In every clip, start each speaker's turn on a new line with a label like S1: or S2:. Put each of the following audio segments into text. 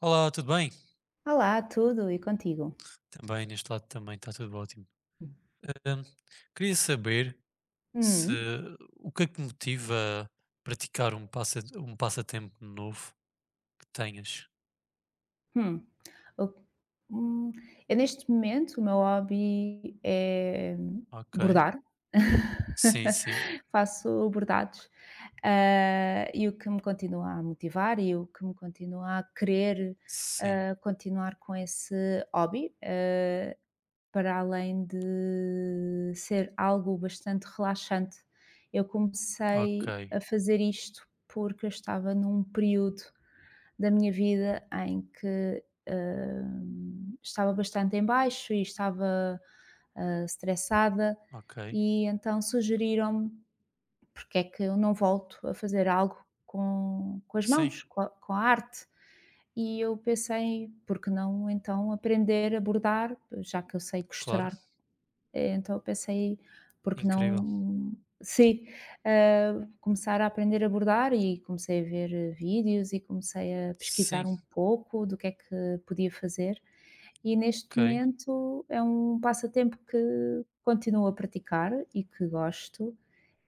S1: Olá, tudo bem?
S2: Olá, tudo e contigo?
S1: Também, neste lado também está tudo ótimo. Hum, Queria saber se
S2: Hum.
S1: o que é que motiva a praticar um passatempo novo que tenhas?
S2: Hum. O hum, eu neste momento o meu hobby é
S1: Ok.
S2: bordar.
S1: Sim, sim.
S2: Faço bordados, e o que me continua a motivar e o que me continua a querer,
S1: Sim.
S2: ah, continuar com esse hobby, para além de ser algo bastante relaxante. Eu
S1: Ok.
S2: comecei a fazer isto porque eu estava num período da minha vida em que estava bastante em baixo e estava estressada
S1: Ok.
S2: e então sugeriram-me porque é que eu não volto a fazer algo com as
S1: Sim,
S2: mãos, com a arte. E eu pensei, por que não então aprender a bordar, já que eu sei
S1: claro.
S2: costurar então eu pensei, porque
S1: Incrível.
S2: não sim, ah, começar a aprender a bordar e comecei a ver, vídeos e comecei a
S1: Sim.
S2: pesquisar um pouco do que é que podia fazer. E neste
S1: Ok.
S2: momento é um passatempo que continuo a praticar e que gosto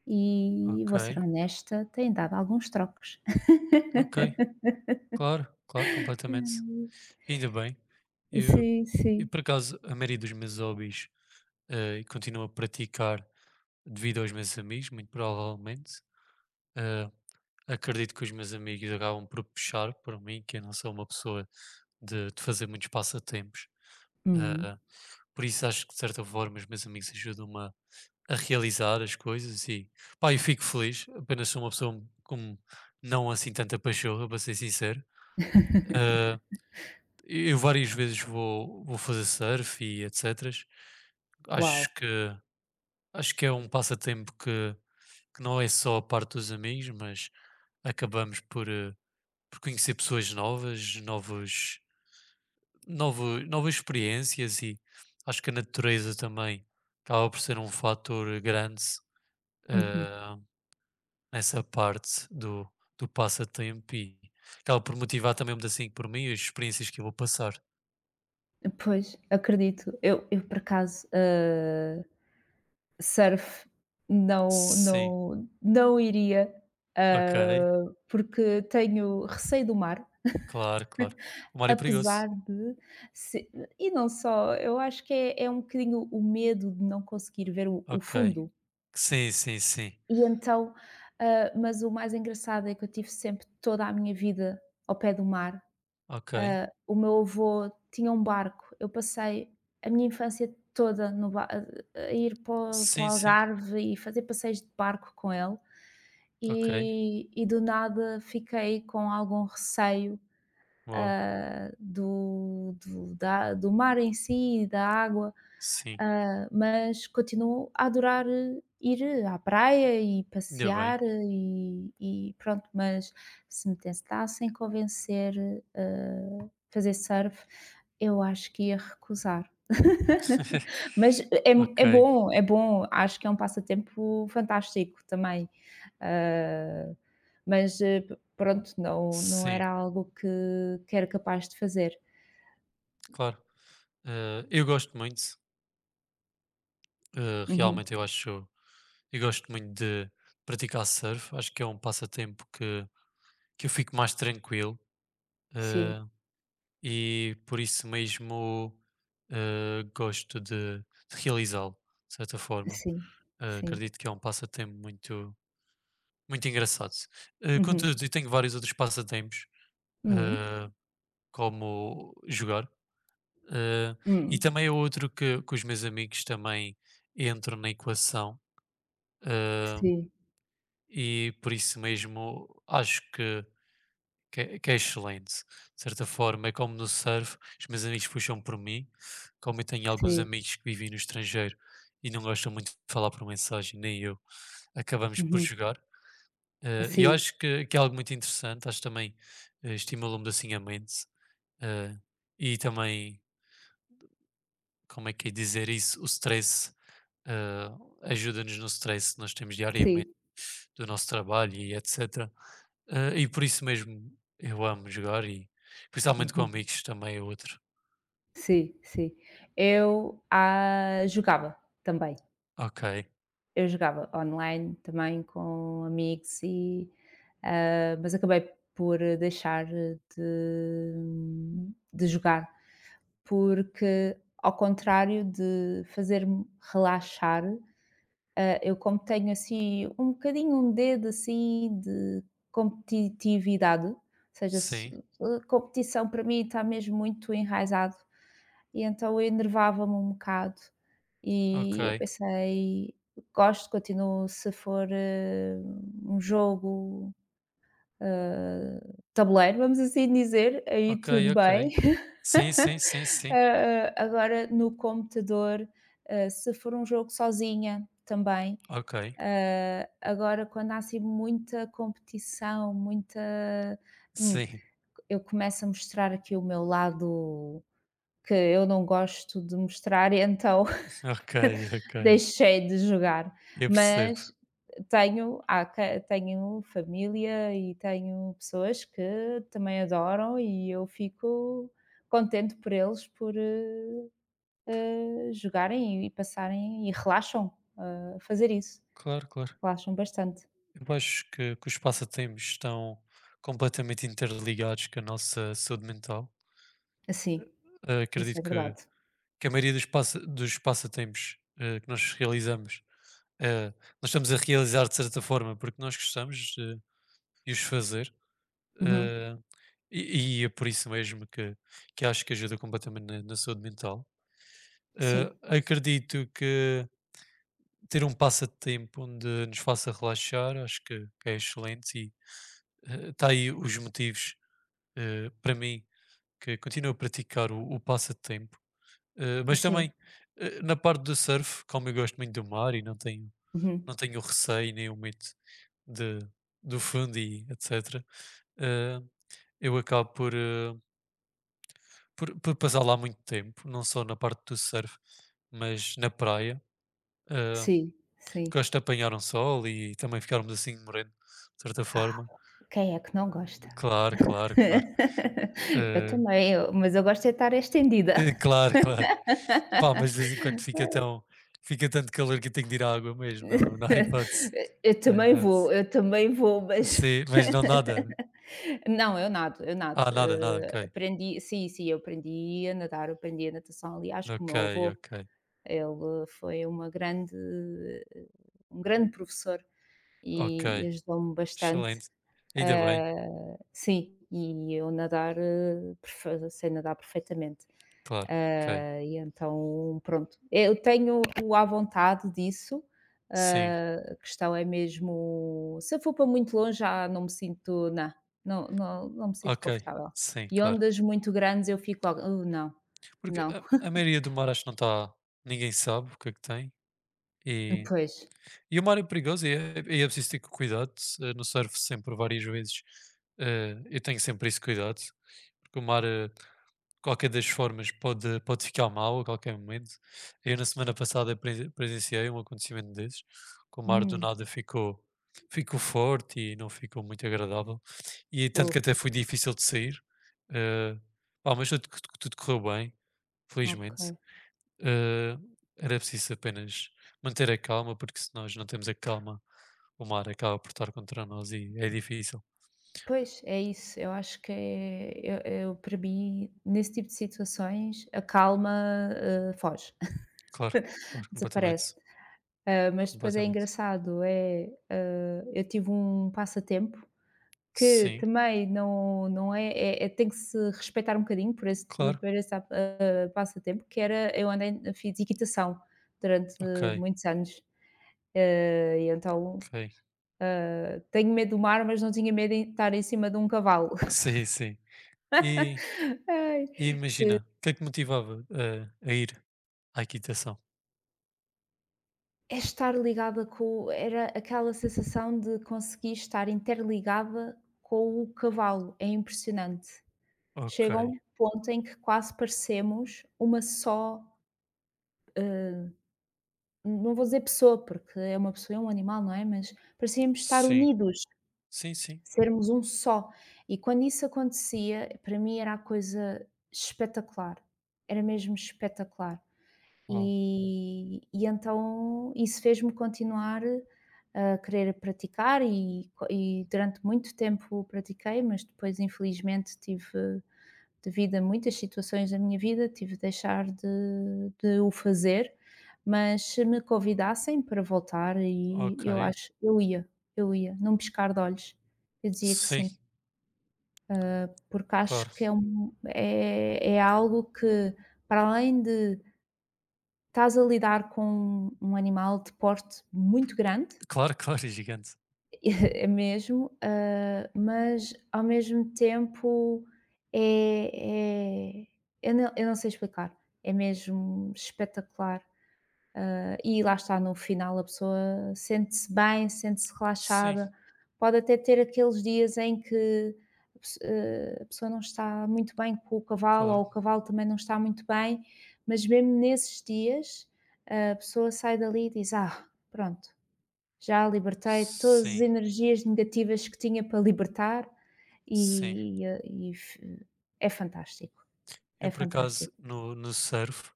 S2: e
S1: Ok.
S2: vou ser honesta, tem dado alguns trocos.
S1: Ok. Claro, claro, completamente. Ainda bem. Eu,
S2: Sim,
S1: eu
S2: sim.
S1: por acaso, a maioria dos meus hobbies continuo a praticar. Devido aos meus amigos, muito provavelmente. Eh, Acredito que os meus amigos acabam por puxar para mim, que eu não sou uma pessoa de fazer muitos passatempos.
S2: Hum,
S1: Eh, por isso acho que de certa forma os meus amigos ajudam-me a realizar as coisas e pá, eu fico feliz. Apenas sou uma pessoa com não assim tanta pachorra, para ser sincero. Eh, eu várias vezes vou fazer surf e etc. Acho
S2: uau!
S1: que acho que é um passatempo que não é só a parte dos amigos, mas acabamos por conhecer pessoas novas, novas experiências e acho que a natureza também acaba por ser um fator grande
S2: Uhum.
S1: eh, nessa parte do passatempo e acaba por motivar também um assim por mim as experiências que eu vou passar.
S2: Pois, acredito. Eu por acaso, eh, surf
S1: Sim,
S2: não iria,
S1: ok,
S2: porque tenho receio do mar,
S1: claro, claro. O mar é perigoso.
S2: apesar de se e não só, eu acho que é um bocadinho o medo de não conseguir ver o
S1: Ok.
S2: fundo.
S1: Sim, sim, sim.
S2: E então, mas o mais engraçado é que eu tive sempre toda a minha vida ao pé do mar.
S1: Ok.
S2: Ah, o meu avô tinha um barco. Eu passei a minha infância toda no ba a ir para o
S1: Sim, sim.
S2: Algarve e fazer passeios de barco com ele,
S1: Ok.
S2: e do nada fiquei com algum receio
S1: Uau.
S2: ah, do mar em si, da água,
S1: Sim.
S2: mas continuo a adorar ir à praia e
S1: Ainda bem.
S2: passear e pronto, mas se me tentassem convencer a fazer surf, eu acho que ia recusar. Mas é
S1: Ok,
S2: bom, é bom, acho que é um passatempo fantástico também, ah, mas eh, pronto, não
S1: sim,
S2: era algo que era capaz de fazer.
S1: claro. Eu gosto muito,
S2: Uhum.
S1: realmente eu acho, eu gosto muito de praticar surf, acho que é um passatempo que eu fico mais tranquilo
S2: Sim,
S1: eh, e por isso mesmo gosto de realizá-lo, de certa forma.
S2: sim, sim.
S1: Acredito que é um passatempo muito, muito engraçado.
S2: Uhum.
S1: Contudo, eu tenho vários outros passatempos,
S2: Hum,
S1: eh, como jogar. Eh, e
S2: hum.
S1: também é outro que os meus amigos também entram na equação, eh,
S2: Sim,
S1: e por isso mesmo acho que é excelente. De certa forma, é como no surf, os meus amigos puxam por mim, como eu tenho alguns
S2: sim.
S1: amigos que vivem no estrangeiro e não gostam muito de falar por mensagem, nem eu, acabamos por
S2: Uhum.
S1: jogar. E eu
S2: Sim,
S1: acho que é algo muito interessante, acho que também estimula-me assim a mente. eh, e também como é que é dizer isso? O stress, eh, ajuda-nos no stress que nós temos diariamente
S2: sim.
S1: do nosso trabalho e etc. E por isso mesmo eu amo jogar e principalmente com
S2: Uhum.
S1: amigos também é outro.
S2: Sim, sim. Eu, jogava também.
S1: Ok,
S2: Eu jogava online também com amigos e, mas acabei por deixar de jogar porque ao contrário de fazer-me relaxar, eu como tenho assim um bocadinho um dedo assim de competitividade, ou seja,
S1: sim,
S2: a competição para mim está mesmo muito enraizado e então eu enervava-me um bocado
S1: ok,
S2: e eu pensei, gosto, continuo se for um jogo, hã, tabuleiro, vamos assim dizer, aí
S1: ok,
S2: tudo bem.
S1: ok. Sim, sim, sim, sim.
S2: Hã, agora no computador, se for um jogo sozinha também.
S1: Ok,
S2: Hã, agora quando há assim muita competição, muita hum,
S1: sim,
S2: eu começo a mostrar aqui o meu lado que eu não gosto de mostrar, e então
S1: ok, ok.
S2: deixei de jogar,
S1: Eu percebo.
S2: mas tenho há ca tenho família e tenho pessoas que também adoram e eu fico contente por eles por jogarem e passarem e relaxam a fazer isso,
S1: Claro, claro.
S2: relaxam bastante.
S1: Eu acho que os passatempos estão completamente interligados com a nossa saúde mental.
S2: Sim, isso
S1: Acredito
S2: é
S1: que
S2: verdade.
S1: que a maioria dos passatempos que nós realizamos, eh, nós estamos a realizar de certa forma porque nós gostamos de os fazer.
S2: Uhum.
S1: eh, e é por isso mesmo que acho que ajuda completamente na saúde mental.
S2: Sim,
S1: Acredito que ter um passatempo onde nos faça relaxar, acho que é excelente e está aí os motivos para mim que continuo a praticar o passatempo. Mas também,
S2: sim.
S1: na parte do surf, como eu gosto muito do mar e não tenho,
S2: Uhum.
S1: não tenho receio nem o medo de, do fundo e etc., eh, eu acabo por passar lá muito tempo, não só na parte do surf, mas na praia. Eh,
S2: Sim, sim.
S1: Gosto de apanhar um sol e também ficarmos assim moreno, de certa
S2: Ah,
S1: forma.
S2: quem é que não gosta?
S1: Claro, claro, claro.
S2: Eu
S1: Eh,
S2: também, eu mas eu gosto é de estar estendida.
S1: Claro, claro. Pá, mas de vez em quando fica tanto calor que eu tenho de ir à água mesmo, não, não há hipótese. Não há hipótese.
S2: Eu também vou, mas
S1: Sim, mas não nada.
S2: não, eu nado, eu nado.
S1: Ah, nada, nada,
S2: Eh,
S1: ok.
S2: aprendi sim, sim, eu aprendi a nadar, eu aprendi a natação, aliás, com o
S1: Ok,
S2: meu avô.
S1: ok.
S2: Ele foi uma grande um grande professor
S1: Ok.
S2: e ajudou-me bastante.
S1: Excelente. Ainda bem,
S2: Ah, sim, e eu nadar, eh, perfe sei nadar perfeitamente.
S1: claro. Ok.
S2: Ah, e então, pronto, eu tenho à vontade disso,
S1: Sim.
S2: a questão é mesmo se eu for para muito longe já não me sinto não, não me sinto
S1: Ok.
S2: confortável.
S1: Sim,
S2: E
S1: claro.
S2: ondas muito grandes eu fico logo: não,
S1: Porque
S2: não".
S1: a maioria do mar acho que não está. Ninguém sabe o que é que tem. E,
S2: Pois.
S1: e o mar é perigoso e é preciso ter cuidado. No surf sempre várias vezes. Eu tenho sempre esse cuidado. Porque o mar. Qualquer das formas pode ficar mal a qualquer momento. Eu na semana passada presenciei um acontecimento desses, que o mar do
S2: Hum,
S1: nada ficou forte e não ficou muito agradável, e tanto
S2: uh,
S1: que até foi difícil de sair. eh, Pá, mas tudo, tudo correu bem,
S2: ok.
S1: felizmente. Eh, Era preciso apenas manter a calma, porque se nós não temos a calma, o mar acaba por estar contra nós e é difícil.
S2: Pois, é isso, eu acho que é eu para mim, nesse tipo de situações, a calma, foge.
S1: Claro, claro, completamente.
S2: Desaparece. Ah, mas depois é
S1: Completamente.
S2: engraçado, é, eu tive um passatempo que
S1: Sim,
S2: também não é é tem que se respeitar um bocadinho
S1: claro.
S2: por esse, passatempo, que era eu andei fiz equitação durante
S1: Ok,
S2: muitos anos, ah, e então,
S1: ok.
S2: ah, tenho medo do mar, mas não tinha medo de estar em cima de um cavalo.
S1: Sim, sim. E,
S2: Ai.
S1: e imagina, o que é que motivava a ir à equitação?
S2: É estar ligada com era aquela sensação de conseguir estar interligada com o cavalo, é impressionante.
S1: Ok,
S2: Chega a um ponto em que quase parecemos uma só, hã, não vou dizer pessoa, porque é uma pessoa, é um animal, não é? Mas parecíamos estar
S1: sim,
S2: unidos,
S1: sim, sim.
S2: sermos um só. E quando isso acontecia, para mim era a coisa espetacular, era mesmo espetacular.
S1: Uau,
S2: E então isso fez-me continuar a querer praticar e durante muito tempo pratiquei, mas depois infelizmente tive devido a muitas situações da minha vida, tive de deixar de o fazer, mas se me convidassem para voltar e
S1: ok.
S2: eu acho eu ia, num piscar de olhos. Eu dizia que
S1: Sim,
S2: sim, porque
S1: claro.
S2: acho que é um é algo que para além de estás a lidar com um animal de porte muito grande,
S1: Claro, claro, é gigante.
S2: é mesmo, mas ao mesmo tempo é, é- eu não sei explicar, é mesmo espetacular e lá está, no final a pessoa sente-se bem, sente-se
S1: Sim,
S2: relaxada. Pode até ter aqueles dias em que a pessoa não está muito bem com o cavalo, ou
S1: claro.
S2: o cavalo também não está muito bem, mas mesmo nesses dias, a pessoa sai dali e diz: Ah, pronto, já libertei todas as
S1: Sim,
S2: energias negativas que tinha para libertar,
S1: sim.
S2: e, e- e f- é fantástico.
S1: Eu,
S2: É
S1: por acaso,
S2: fantástico.
S1: no surf,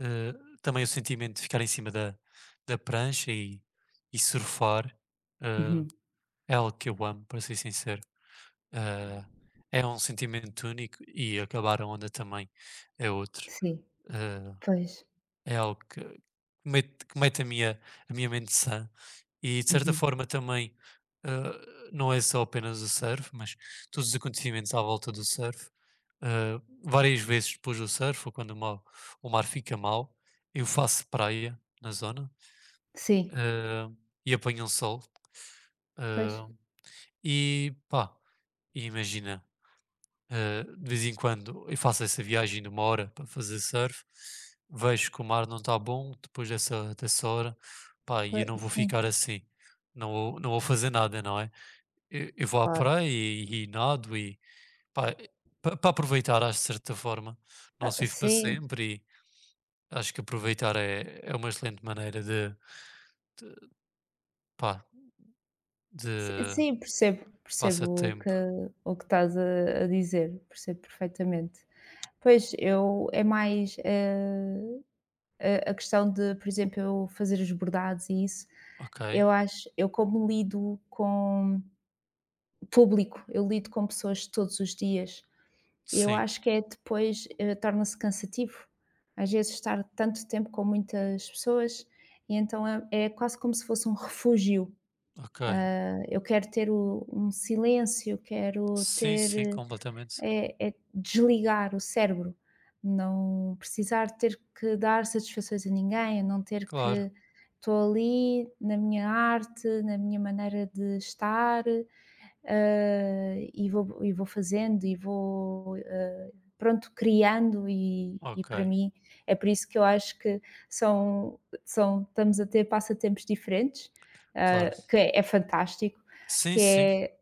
S1: eh, também o sentimento de ficar em cima da prancha e surfar eh,
S2: Uhum,
S1: é algo que eu amo, para ser sincero. Ah, é um sentimento único e acabar a onda também é outro.
S2: sim,
S1: Ah,
S2: pois,
S1: é algo que que mete a minha mente sã e de certa
S2: uhum,
S1: forma também ah, não é só apenas o surf, mas todos os acontecimentos à volta do surf. Ah, várias vezes depois do surf, ou quando o mar fica mau, eu faço praia na zona
S2: sim.
S1: ah, e apanho um sol.
S2: Pois,
S1: Ah, e pá, e imagina, de vez em quando eu faço essa viagem de 1 hora para fazer surf, vejo que o mar não está bom depois dessa hora, pá, e
S2: poi
S1: eu não vou
S2: sim,
S1: ficar assim, não vou fazer nada, não é? Eu vou à
S2: claro.
S1: praia e nado e pá, para aproveitar, acho de certa forma, não
S2: Ah,
S1: se vive para
S2: sim,
S1: sempre e acho que aproveitar é uma excelente maneira de pá,
S2: si
S1: de
S2: sim, percebo, percebo o que
S1: passatempo,
S2: estás a dizer, percebo perfeitamente. Pois, eu é mais, a questão de, por exemplo, eu fazer os bordados e isso,
S1: ok?
S2: eu acho eu como lido com público, eu lido com pessoas todos os dias. Eu
S1: Sim,
S2: acho que é depois, torna-se cansativo, às vezes estar tanto tempo com muitas pessoas e então é, é quase como se fosse um refúgio.
S1: ok.
S2: Eh, eu quero ter um silêncio, quero
S1: Sim,
S2: ter,
S1: sim, completamente.
S2: é, é desligar o cérebro, não precisar ter que dar satisfações a ninguém, não ter
S1: Claro,
S2: que estou ali na minha arte, na minha maneira de estar, e vou fazendo e vou, pronto, criando e
S1: ok,
S2: para mim é por isso que eu acho que são, são estamos a ter passatempos diferentes,
S1: claro.
S2: que é, é fantástico,
S1: Sim,
S2: que
S1: sim,
S2: é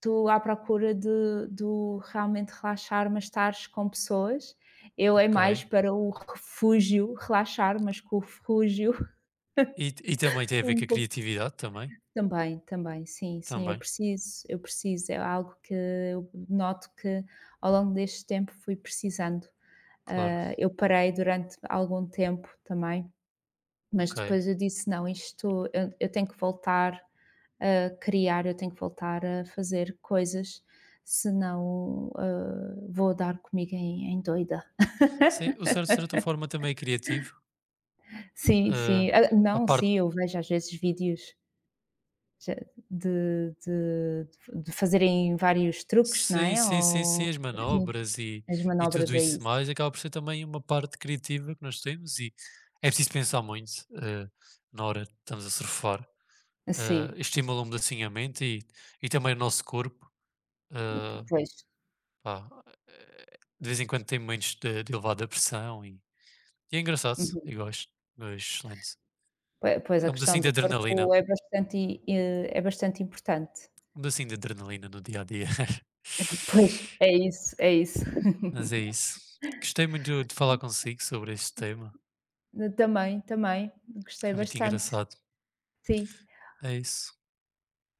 S2: tu à procura de, do realmente relaxar, mas estares com pessoas. Eu é
S1: ok.
S2: mais para o refúgio, relaxar, mas com o refúgio
S1: E também tem a ver
S2: um
S1: com a
S2: pouco.
S1: criatividade também?
S2: Também, também, sim, sim,
S1: Também,
S2: eu preciso, é algo que eu noto que ao longo deste tempo fui precisando.
S1: claro,
S2: Ah, eu parei durante algum tempo também, mas
S1: ok.
S2: depois eu disse: "Não, isto eu tenho que voltar a criar, eu tenho que voltar a fazer coisas, senão, ah, vou dar comigo em doida".
S1: Sim, o cérebro de certa forma também é criativo.
S2: Sim,
S1: Ah,
S2: sim. Ah,
S1: a
S2: não,
S1: parte,
S2: sim, eu vejo às vezes vídeos de de de fazerem vários truques, não
S1: sim,
S2: é?
S1: sim, sim, sim,
S2: Ou
S1: as
S2: sim,
S1: manobras
S2: as
S1: e tudo
S2: manobras é
S1: isso
S2: isso.
S1: mais acaba por ser também uma parte criativa que nós temos e é preciso pensar muito ah, na hora que estamos a surfar. Ah,
S2: Sim,
S1: estimula-me assim a mente e também o nosso corpo. Ah,
S2: pois.
S1: pá, eh, de vez em quando tem momentos de elevada pressão E é engraçado,
S2: Uhum.
S1: eu gosto. Gosto. Excelente.
S2: Pois
S1: É
S2: a
S1: um
S2: questão
S1: pedacinho de
S2: do corpo
S1: adrenalina.
S2: é é bastante importante.
S1: Um pedacinho de adrenalina no dia a dia.
S2: Pois, é isso, é isso.
S1: Mas é isso. Gostei muito de falar consigo sobre este tema.
S2: Também, também, gostei
S1: Foi muito
S2: bastante.
S1: engraçado.
S2: Sim,
S1: É isso.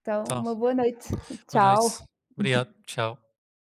S2: então
S1: Tá.
S2: uma boa noite.
S1: Boa noite.
S2: Tchau.
S1: Obrigado. Tchau.